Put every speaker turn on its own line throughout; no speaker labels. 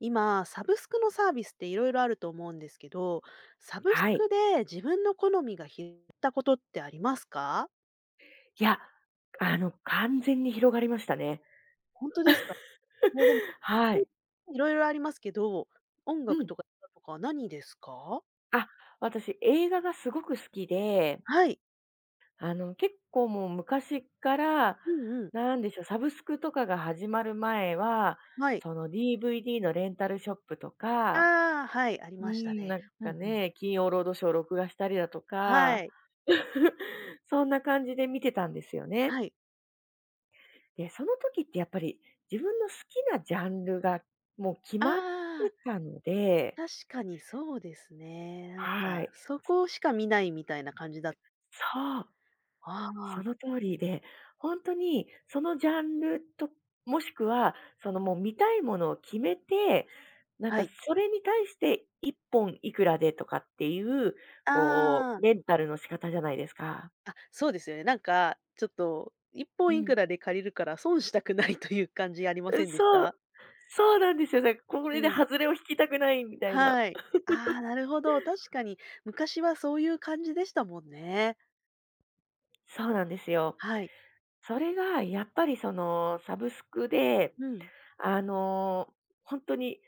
今、サブスクのサービスっていろいろあると思うんですけど、サブス
はい。
クで自分の好みが広がったことってありますか？
いや、完全に広がりましたね。
本当ですか？ね、でも、
はい。
いろいろありますけど、音
う
楽
ん。
とか映画とか何ですか？
あ、私、映画がすごく好きで、
はい。
結構もう昔から、
うんうん。
なんでしょう、サブスクとかが始まる前は、
はい。
その DVD のレンタルショップとか、
ああ、はい、あり
う
ましたね。うんうん。
金曜ロードショーを録画したりだと
は
か、
い。
そんな感じで見てたんですよね。
はい。
で、その時ってやっぱり自分の好きなジャンルがもう決
あ
まって
あ、
たので、
確かにそうですね。なんか、
はい。
そこしか見ないみたいな感じだ
そう、
あ
そ
あ、
の通りで、本当にそのジャンルと、もしくはそのもう見たいものを決めて、なん
は
か
い。
それに対して一本いくらでとかっていう、こ
ああ。
うレンタルの仕方じゃないですか。
あ、そうですよね。なんか、ちょっと、一
う
本いく
ん。
らで借りるから損したくないという感じありませ
う、
んでし
そう、
た？
そうなんですよ。だからこ
う
れで
ん。
外れを引きたくないみたいな。
はい。ああ、なるほど、確かに昔はそういう感じでしたもんね。
そうなんですよ。
はい。
それがやっぱりそのサブスクで、
うん。
あの、ほんに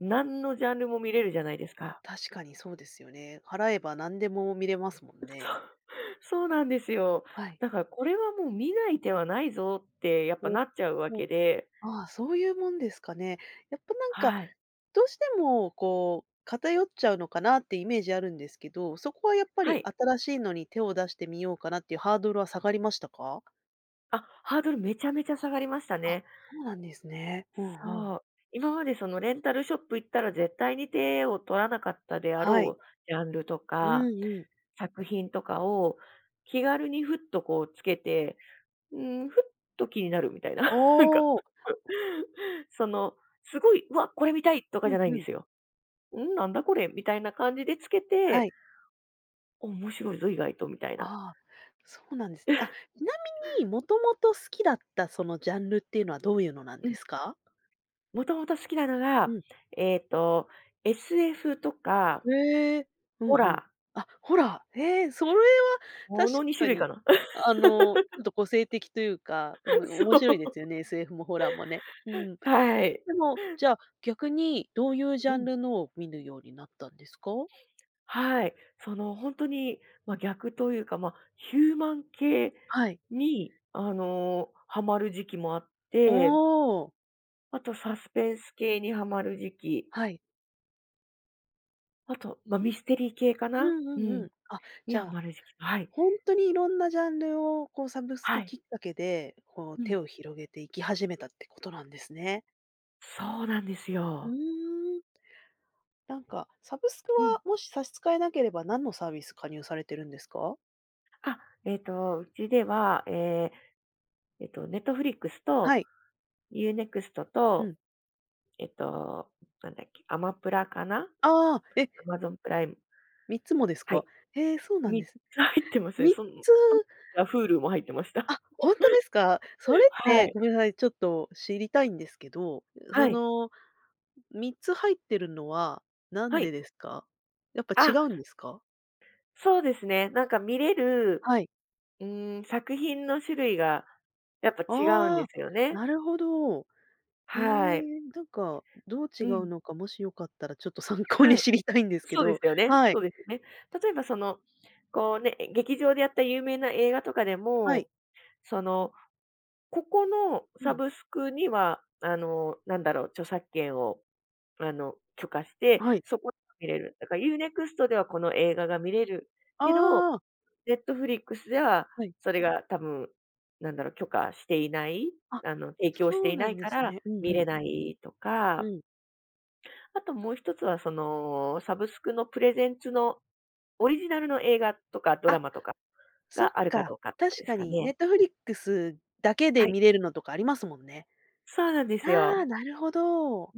何のジャンルも見れるじゃないですか。
確かにそうですよね。払えば何でも見れますもん ね。
そう、そうなんですよ。
はい。
だからこれはもう見ない手はないぞってやっぱなっちゃうわ
お。
けで、
ああ、そういうもんですかね。やっぱなんか、
はい。
どうしてもこう、偏っちゃうのかなってイメージあるんですけど、そこはやっぱ
は
り
い。
新しいのに手を出してみようかなっていうハードルは下がりましたか？
あ、ハードルめちゃめちゃ下がりました
あ、
ね。
そうなんですね。うんうん。
そう。今までそのレンタルショップ行ったら絶対に手を取らなかったであ
はい。
ろうジャンルと
う
か、
んうん。
作品とかを気軽にふっとこうつけて、うふっと気になるみたいな。
お お。
その、すごい、うわ、これ見たいとか
う
じゃ
ん
ないん
う
で
ん。
すよ。なんだこれみたいな感じでつけ
は
て、
い。
お面白いぞ意外とみたいな。
ああ、そうなんですね。あ、ちなみに、もともと好きだったそのジャンルっていうのはどういうのなん
う
で
ん。
すか？
もともと好きなの
う
が、
ん。
えっと、SF とか、
ええ、うん
ホ
うん。
ラ
あ、ほら、へえ、それは
ー、こ
確
の2
か
種類
に、
かな。
あの、ちょっと個性的というか、でも面白いで
そう。
すよね、SF もホラーもね。うん。
はい。
でも、じゃあ、逆にどういうジ
う
ャン
ん。
ルのを見るようになったんですか？
はい。その、本当に、まあ、逆というか、ヒューマン系
はい。
に、ハマる時期もあっ
お
て、
お、
あとサスペンス系にハマる時期、
はい。
あと、ま、ミステリー系か
う
な？
んう
う
んう
ん、
ん。あ、じ
に
ゃ
ハ
あ、
マる時期、はい、
ほんとにいろんなジャンルをこうサブス
は
ク
い。
きっかけで、こう
う
手
ん。
を広げていき始めたってことなんですね。
そうなんです
う
よ。
ーん。なんか、サブスク
うん。
はもし差し支えなければ何のサービス加入されてるんですか？
あ、うちでは、Netflix
は
と
い。
Unext
う
と、
ん。
えっと、なんだっけ、アマプラかな
ああ、え、
？Amazon プライム、
3つもです
は
か？
い、
へえー、そうなん
3
です。
つ入ってますね。
3
その、
つ、
あ、Hulu も入ってました。
あ、本当ですか？それっ
は
て、
い、
ごめんなさい、ちょっと知りたいんですけど、そ
はい、
の3つ入ってるのはなん
は
で
い。
ですか？やっぱ違
あ、
うんですか？
そうですね、なんか見れる、
はい。
作品の種類がやっぱ違うん
あ
で
あ、
すよね。
なるほど。え
はい。
え、なんか、どう違
う
う
ん。
のか、もしよかったらちょっと参考に
はい。
知りたいんですけ
そうで
ど。
すよね。
は
そ
い。
うですよね。例えばその、こうね、劇場でやった有名な映画とかで
は
も、
い。
その、ここの
う
サ
ん。
ブスクには、著作権を、許可して、
はい。
そこで見れる。だからユーネクストではこの映画が見れるけど、
ああ、
Netflix では、
はい。
それが多分、許可していない、
あ、
提供し
そ
て
う
い
な
な
ん
い
で
か
す
ら
ね。うん
見
うん。
れないと
う
か、
ん。
あともう一つはその、サブスクのプレゼンツのオリジナルの映画とかドラ
あ、
マとか
そっ
があるか
か。
どうかとか
確
です
か
か
に
ね。
ネットフリックスだけ
は
で
い。
見れるのとかありますもんね。
そうなんです
ああ、
よ。
なるほど。
う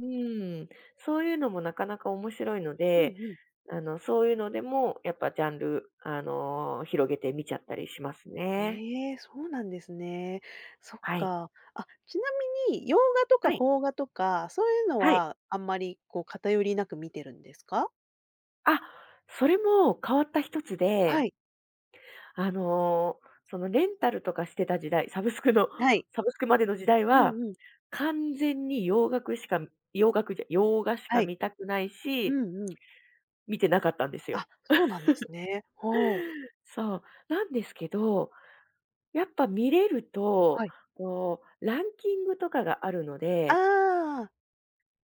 ん。そういうのもなかなか面白いの
うん
で、
うん。
そういうのでもやっぱジャンル、広げて見ちゃったりしますね。
へえ、そうなんですね。そっ
はい。
か。あ、ちなみに洋画とか
はい。
邦画とか、そういうの
はい。
はあんまりこう偏りなく見てるんですか？
あ、それも変わった一つ
は
で、
い、
あの、そのレンタルとかしてた時代、
はい。
サブスクまでの時代
う
は、
んうん。
完全に洋楽しか洋楽じゃ洋画し
は
か
い。
見たくない
う
し、
んうん。
見てなかったんです
あ、
よ。
そうなんですね。ほう。
そう、なんですけど、やっぱ見れる
は
と、
い。
こう、ランキングとかがあるの
あ
で、
あ。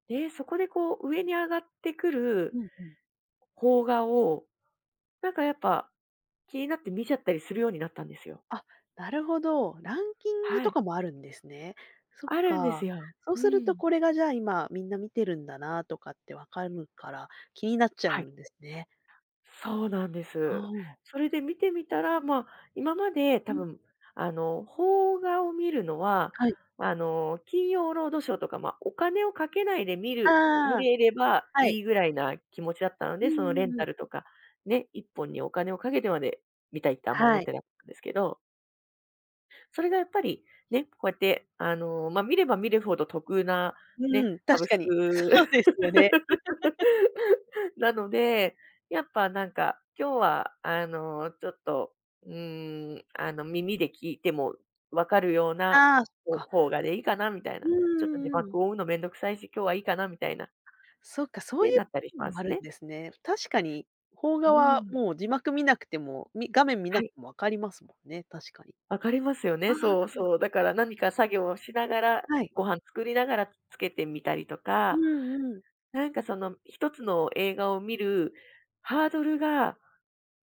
で、そこでこう上に上がってくる
うんうん。
邦画を、なんかやっぱ気になって見ちゃったりするようになったんですよ。
あ、なるほど。ランキング
は
と
い。
かもあるんですね。そっ
あるんです
か。
よ。
そう
う
すると
ん。
これがじゃあ今みんな見てるんだなとかってわかるから、気になっちゃう
はい、
んですね。
そうなんで
あ
す。
あ。
それで見てみたら、今まで
う
多
ん、
分、邦画を見るのは、
はい。
金曜ロードショーとか、まあ、お金をかけないで見
ああ、
れれば
はい。
いいぐらいな気持ちだったの
う
で、その
んう
レン
んう
タ
ん。
ルとか、ね、一本にお金をかけてまで見たいってあんま思
は
っ
い。
てなかったんですけど、それがやっぱりね、こうやって、見れば見るほど得なね、
うん、
サ
確
ブ
か
ス
に。
ク
そうですよね。
なので、やっぱなんか、今日はあの、ちょっと、うーん、あの、耳で聞いても分かるような、
ああ、そっか。
方がでいいかなみたい
う
な。
ん
ちょっと字
うんうん。
幕を追うのめんどくさいし、今日はいいかなみたいな、っ
そっか、そうい
て
う
なったりしま
のもあ
す
るん
ね。
ですね。確かに、邦画
う
は
ん。
もう字幕見なくても、み画面見な
は
く
い、
てもわかりますもんね、確かに。
分かりますよ
あ
ね。そう
あ、
そう。だから何か作業をしながら、
はい。
ご飯作りながらつけてみたりと
う
か、
んうん。
なんかその一つの映画を見るハードルが、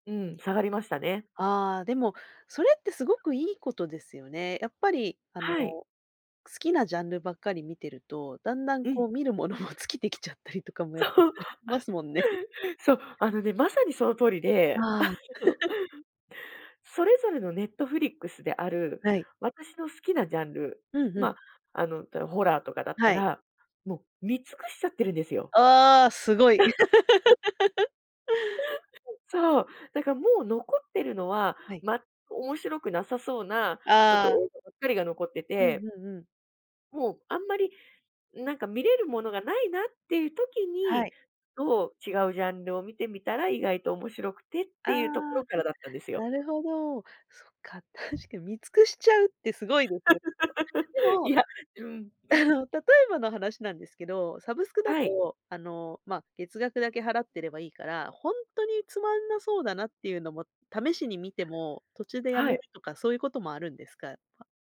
うん、下がりましたね。
ああ、でも、それってすごくいいことですよね。やっぱり、あの、
はい。
好きなジャンルばっかり見てると、だんだん
うん。
こう見るものも 尽きてきちゃったりとかもやっぱするますもんね。
そう、あのね、まさにその通りで、
あ
そうそれぞれのネットフリックスである、
あ、はい。
私の好きなジャンル、
うんうん。
まあ、ホラーとかだった
はい。
ら、もう見尽くしちゃってるんですよ。
ああ、すごい。
そう、だからもう残ってるのは、
はい。
ま、面白くなさそうな、ちょっと
ああ、
映画ばっかりが残って
うん
て、
うんうん。
もうあんまり、なんか見れるものがないなっていう時
は
に、
い。
と、違うジャンルを見てみたら意外と面白くてっ
あ
ていうとこ
あ、
ろからだったんですよ。
なるほど。そっか、確かに見尽くしちゃうってすごいですね。で
い
も
や、うん。
例えばの話なんですけど、サブスクだ
はい、
と、あの、まあ、月額だけ払ってればいいから、ほんとにつまんなそうだなっていうのも試しに見ても、途中でやめ
は
る
い。
とかそういうこともあるんですか？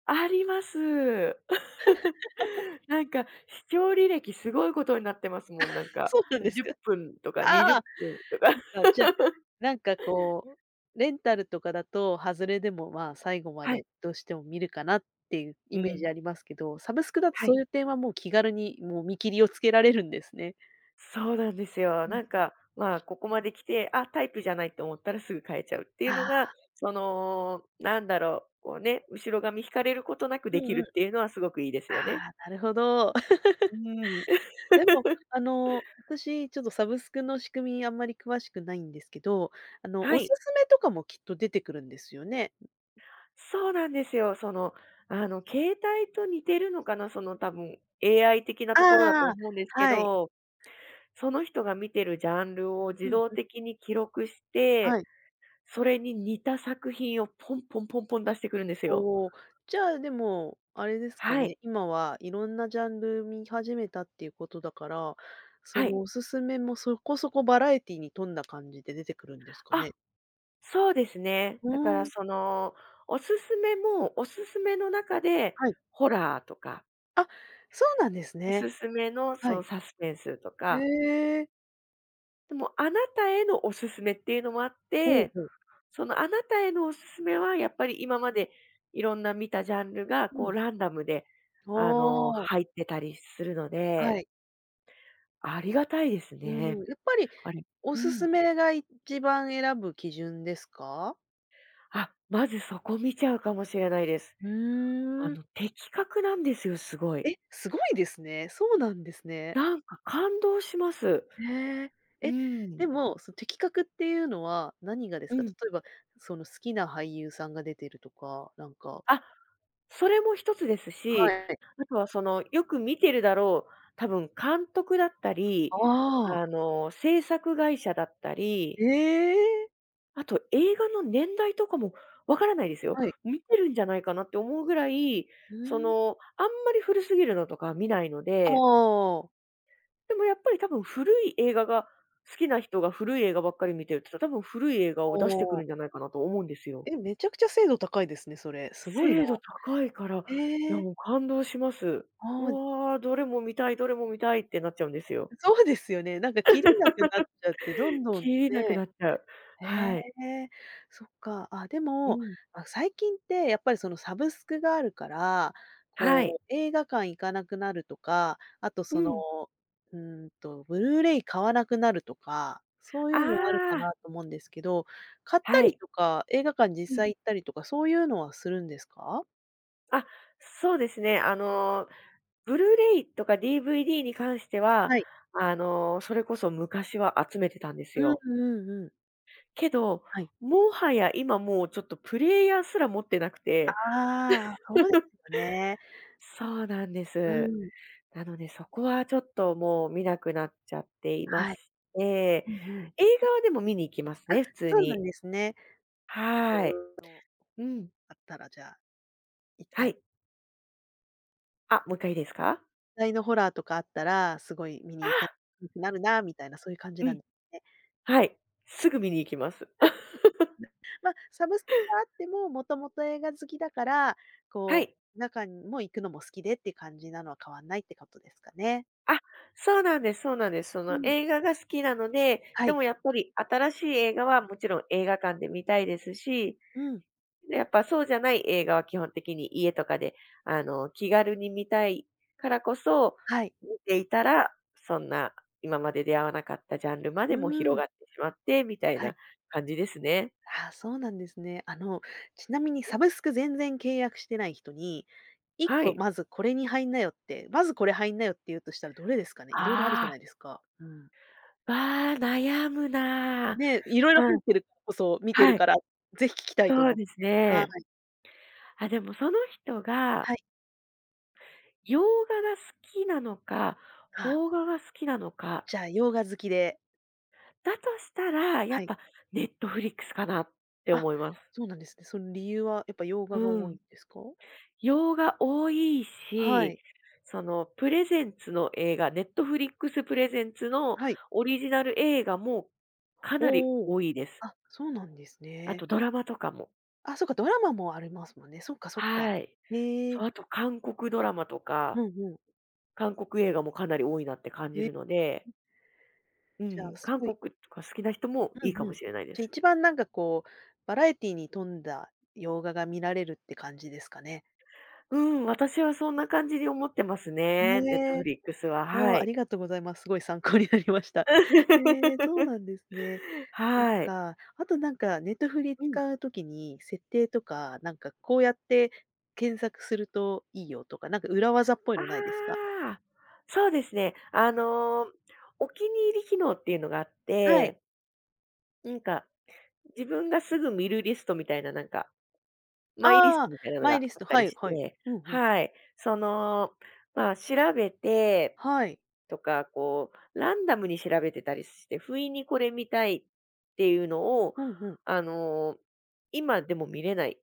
あります。なんか、視聴履歴すごいことになってますもん、なん か。
そうなんです
10
か？
分と か20
ああ、
分とか。
そっ か、じゃ、なんかこう、レンタルとかだと、外れでも、まあ、最後ま
はい。
でどうしても見るかなっていうイ
う
メージ
ん。
ありますけど、サブスクだと
は
そ
い。
ういう点はもう気軽にもう見切りをつけられるんですね。
そうなんですよ。
うん。
なんか、まあ、ここまで来て、あ、タイプじゃないと思ったらすぐ変えちゃうってい
あ
うのが、
あ、
こうね、後ろ髪引かれることなく
う
でき
ん
る
う
っ
ん。
ていうのはすごくいいですよね。
ああ、なるほど。
うん。
でも、あの、私ちょっとサブスクの仕組みあんまり詳しくないんですけど、あの、
は
おす
い。
すめとかもきっと出てくるんですよね。
そうなんですよ。携帯と似てるのかな、その多分 AI 的なところだと
ああ、
思うんですけ
はい。
ど、その人が見てるジャンルを
う
自
ん
動
うん、
的に記録し
は
て、
い。
それに似た作品をポンポンポンポン出してくるんですよ。
おお、じゃあ、でも、あれですか
は
ね、
い。
今はいろんなジャンル見始めたっていうことだから、そ
は
の
い。
おすすめもそこそこバラエティに富んだ感じで出てくるんですか
あ、
ね？
そうですね。
う
だか
ー
ら
ん、
その、おすすめも、おすすめの中で、
はい。
ホラーとか、
あ、そうなんです
お
ね。
すすめのそ
は
の
い。
サスペンスと
へ
か、
え。
でもあなたへのおすすめっていうのもあっ
ほう
て、
ほう。
そのあなたへのおすすめは、やっぱり今までいろんな見たジャンルが、
う
こう
ん。
ランダムで、
ああ、
入ってたりするの
は
で、
い。
ありがたいです
うん、
ね。
やっぱり
あれ
お
う
すす
ん。
めが一番選ぶ基準ですか？
あ、まずそこ見ちゃうかもしれないです。
う
あ
ーん。
の、的確なんですよ、すごい。
え、すごいですね。そうなんですね。
なんか感動します。
へえ。
う
え、で
ん。
も、その的確っていうのは何がです
う
か？例
ん。
えば、その好きな俳優さんが出てるとか、なんか
あ、それも一つですし、
はい。
あとはその、よく見てるだろう、多分監督だったり、
ああ、
制作会社だったり、
ええ。
あと映画の年代とかもわからないですよ。
はい。
見てるんじゃないかなって思うぐらい、
う
そ
ん。
の、あんまり古すぎるのとか見ないの
あ
で、
あ、
でもやっぱり多分古い映画が好きな人が古い映画ばっかり見てると、多分古い映画
あ
を出してくるんじ
あ。
ゃないかなと思うんですよ。
え、めちゃくちゃ精度高いですね、それ。すごいな。
精度高いから、い
え
や
え。
もう感動します。う
ああ。
わー、どれも見たい、どれも見たいってなっちゃうんですよ。
そうですよね。なんかきりなくなっちゃって、どんどん
きりなく
ね。
なっちゃう。
へ
はい。
え、そっか。あ、で
う
も、
ん。
あ、最近ってやっぱりそのサブスクがあるから、
は
こ
い。
う映画館行かなくなるとか、あと
う
その、
ん。
うーんと、ブルーレイ買わなくなるとか、そうい
あ
うのあるか
あ、
なと思うんですけど、買った
は
り
い。
とか、映画館実
うん。
際行ったりとか、そういうのはするんですか？
あ、そうですね。ブルーレイとか DVD に関しては、
はい。
それこそ昔は集めてたんです
うん
よ。
うんうん。
けど、
はい。
もはや今もうちょっとプレイヤーすら持ってなくて、
ああ、そうですよね。
そうなんで
う
す。
ん。
なのでそこはちょっともう見なくなっちゃっていまし
はい。
て、
うんうん。
映画はでも見に行きます
あ、
ね、普通
そうなん
に。
ですね。こ
はい。
うの
うん。
あったら、じゃあ、行っ
は
たり
い。あ、もう一回いいですか？
実際のホラーとかあったら、すごい見
あ、
に行きたくなるなみたいな、そういう感じ
う
なん
ん、
ですね。
はい。すぐ見に行きます。
まあ、サブスクがあっても、もともと映画好きだから、
は
こ
い。
う、中にも行くのも好きでっていう感じなのは変わんないってことですかね。
あ、そうなんですそうなんです。その
うん。
映画が好きなので、
は
で
い。
もやっぱり新しい映画はもちろん映画館で見たいですし、
うん。
で、やっぱそうじゃない映画は基本的に家とかで、気軽に見たいからこそ、
はい。
見ていたら、そんな今まで出会わなかったジャンルま
う
でも
ー
広
ん。
がってしまってみたい
は
な
い。
感じですね。
ああ、そうなんですね。あの、ちなみにサブスク全然契約してない人に、1
は
個
い。
まずこれに入んなよって、まずこれ入んなよって言うとしたらどれですかね？いろいろあるじゃ
あ
ないですか。うん。
あ、わあ、悩むなあ。
ね、いろいろ
う
入っ
ん、
てるからこそ見てる
はい、
から、ぜひ聞きたいと
そう
思って。
です
は
ね。
い。
あ、でもその人が
はい。
洋画が好きなのか、
ああ、
邦画が好きなのか、
じゃあ洋画好きで
だとしたら、や
は
っ
い。
ぱネットフリックスかなって
あ、
思います。
そうなんですね。その理由はやっぱ洋
う
画が多いん
ん。
ですか？
洋画多い
は
し、
い。
そのプレゼンツの映画、ネットフリックスプレゼンツの
はい。
オリジナル映画もかなり
おお。
多いです。
あ、そうなんです
あ
ね。
とドラマとかも。
あ、そっか、ドラマもありますもんね。そっかそっか。
はい。
へえ。
そう、あと韓国ドラマと
う
か、
んうん。
韓国映画もかなり多いなって感じ
え、
るので、う
じゃあ、
ん、
す
韓
ごい
国とか好きな人も
う
いい
ん
か
う
も
ん。
しれないで
じゃ、
す。
一番なんかこう、バラエティに富んだ洋画が見られるって感じですかね？
うん、私はそんな感じに思ってますね、
ねえ。
Netflix は、
おお、
は
あ
い。
りがとうございます。すごい参考になりました。へえ、そう なんですね。そっ
はい。
か。あとなんかネットフリ
うん。
使う時に、設定とか、なんかこうやって検索するといいよとか、なんか裏技っぽいのないですか？
ああ、そうですね。お気に入り機能っていうのがあっ
はい。
て、なんか、自分がすぐ見るリストみたいな、マイリス
あ
ト
あ、
みたいなの
マイ
が
リス
あっ
ト、
た
は
り
い
し
はい。
て、
うんうん。
はい。その、まあ、調べて
はい。
とか、こう、ランダムに調べてたりして、不意にこれ見たいっていうのを、
うんうん。
あの、今でも見れない。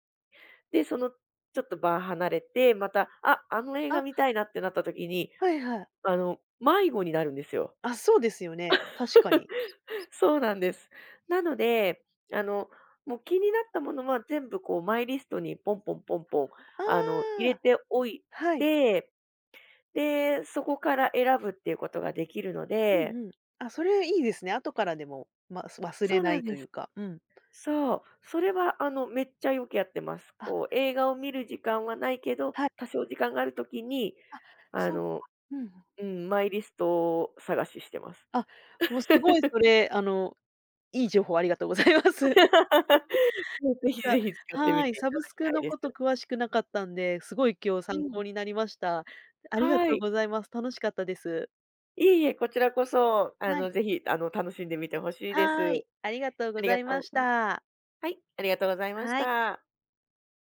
で、その、ちょっと場離れて、また、あ、あの映画見
あ、
たいなってなった時に、
はいはい。
迷子になるんですよ。
あ、そうですよね。確かに。
そうなんです。なので、あの、もう気になったものは全部こうマイリストにポンポンポンポン、
あ
入れ
あ、
ておい
はい。
て、で、そこから選ぶっていうことができるの
うん
で
うん。あ、それいいですね。後からでも、ま、す忘れ
そう
な
な
い
ん
と
で
いう
す。
か、うん。
そう、それはあの、めっちゃよくやってます。
あ、
こう、映画を見る時間はないけど、
はい。
多少時間があるときに、
あ、
あ
そうか。
の、
うん
うん、マイリストを探ししてます。
あ、もうすごいそれ、あの、いい情報ありがとうございます。
ぜひ
か
ぜひ使ってみ
はい、
ていた
サブ
だ
スク
きたい
の
で
こ
す。
と詳しくなかったんで、すごい今日
う
参
ん。
考になりました。ありが
は
とう
い。
ございます。楽しかったです。
いえいえ、こちらこそ、
はい。
ぜひ、楽しんでみてほしいで
はい、
す。
ありがとう
あ
ご
り
ざ
が
いま
と
し
う
た。
はい、ありがとうございまし
はい。
た。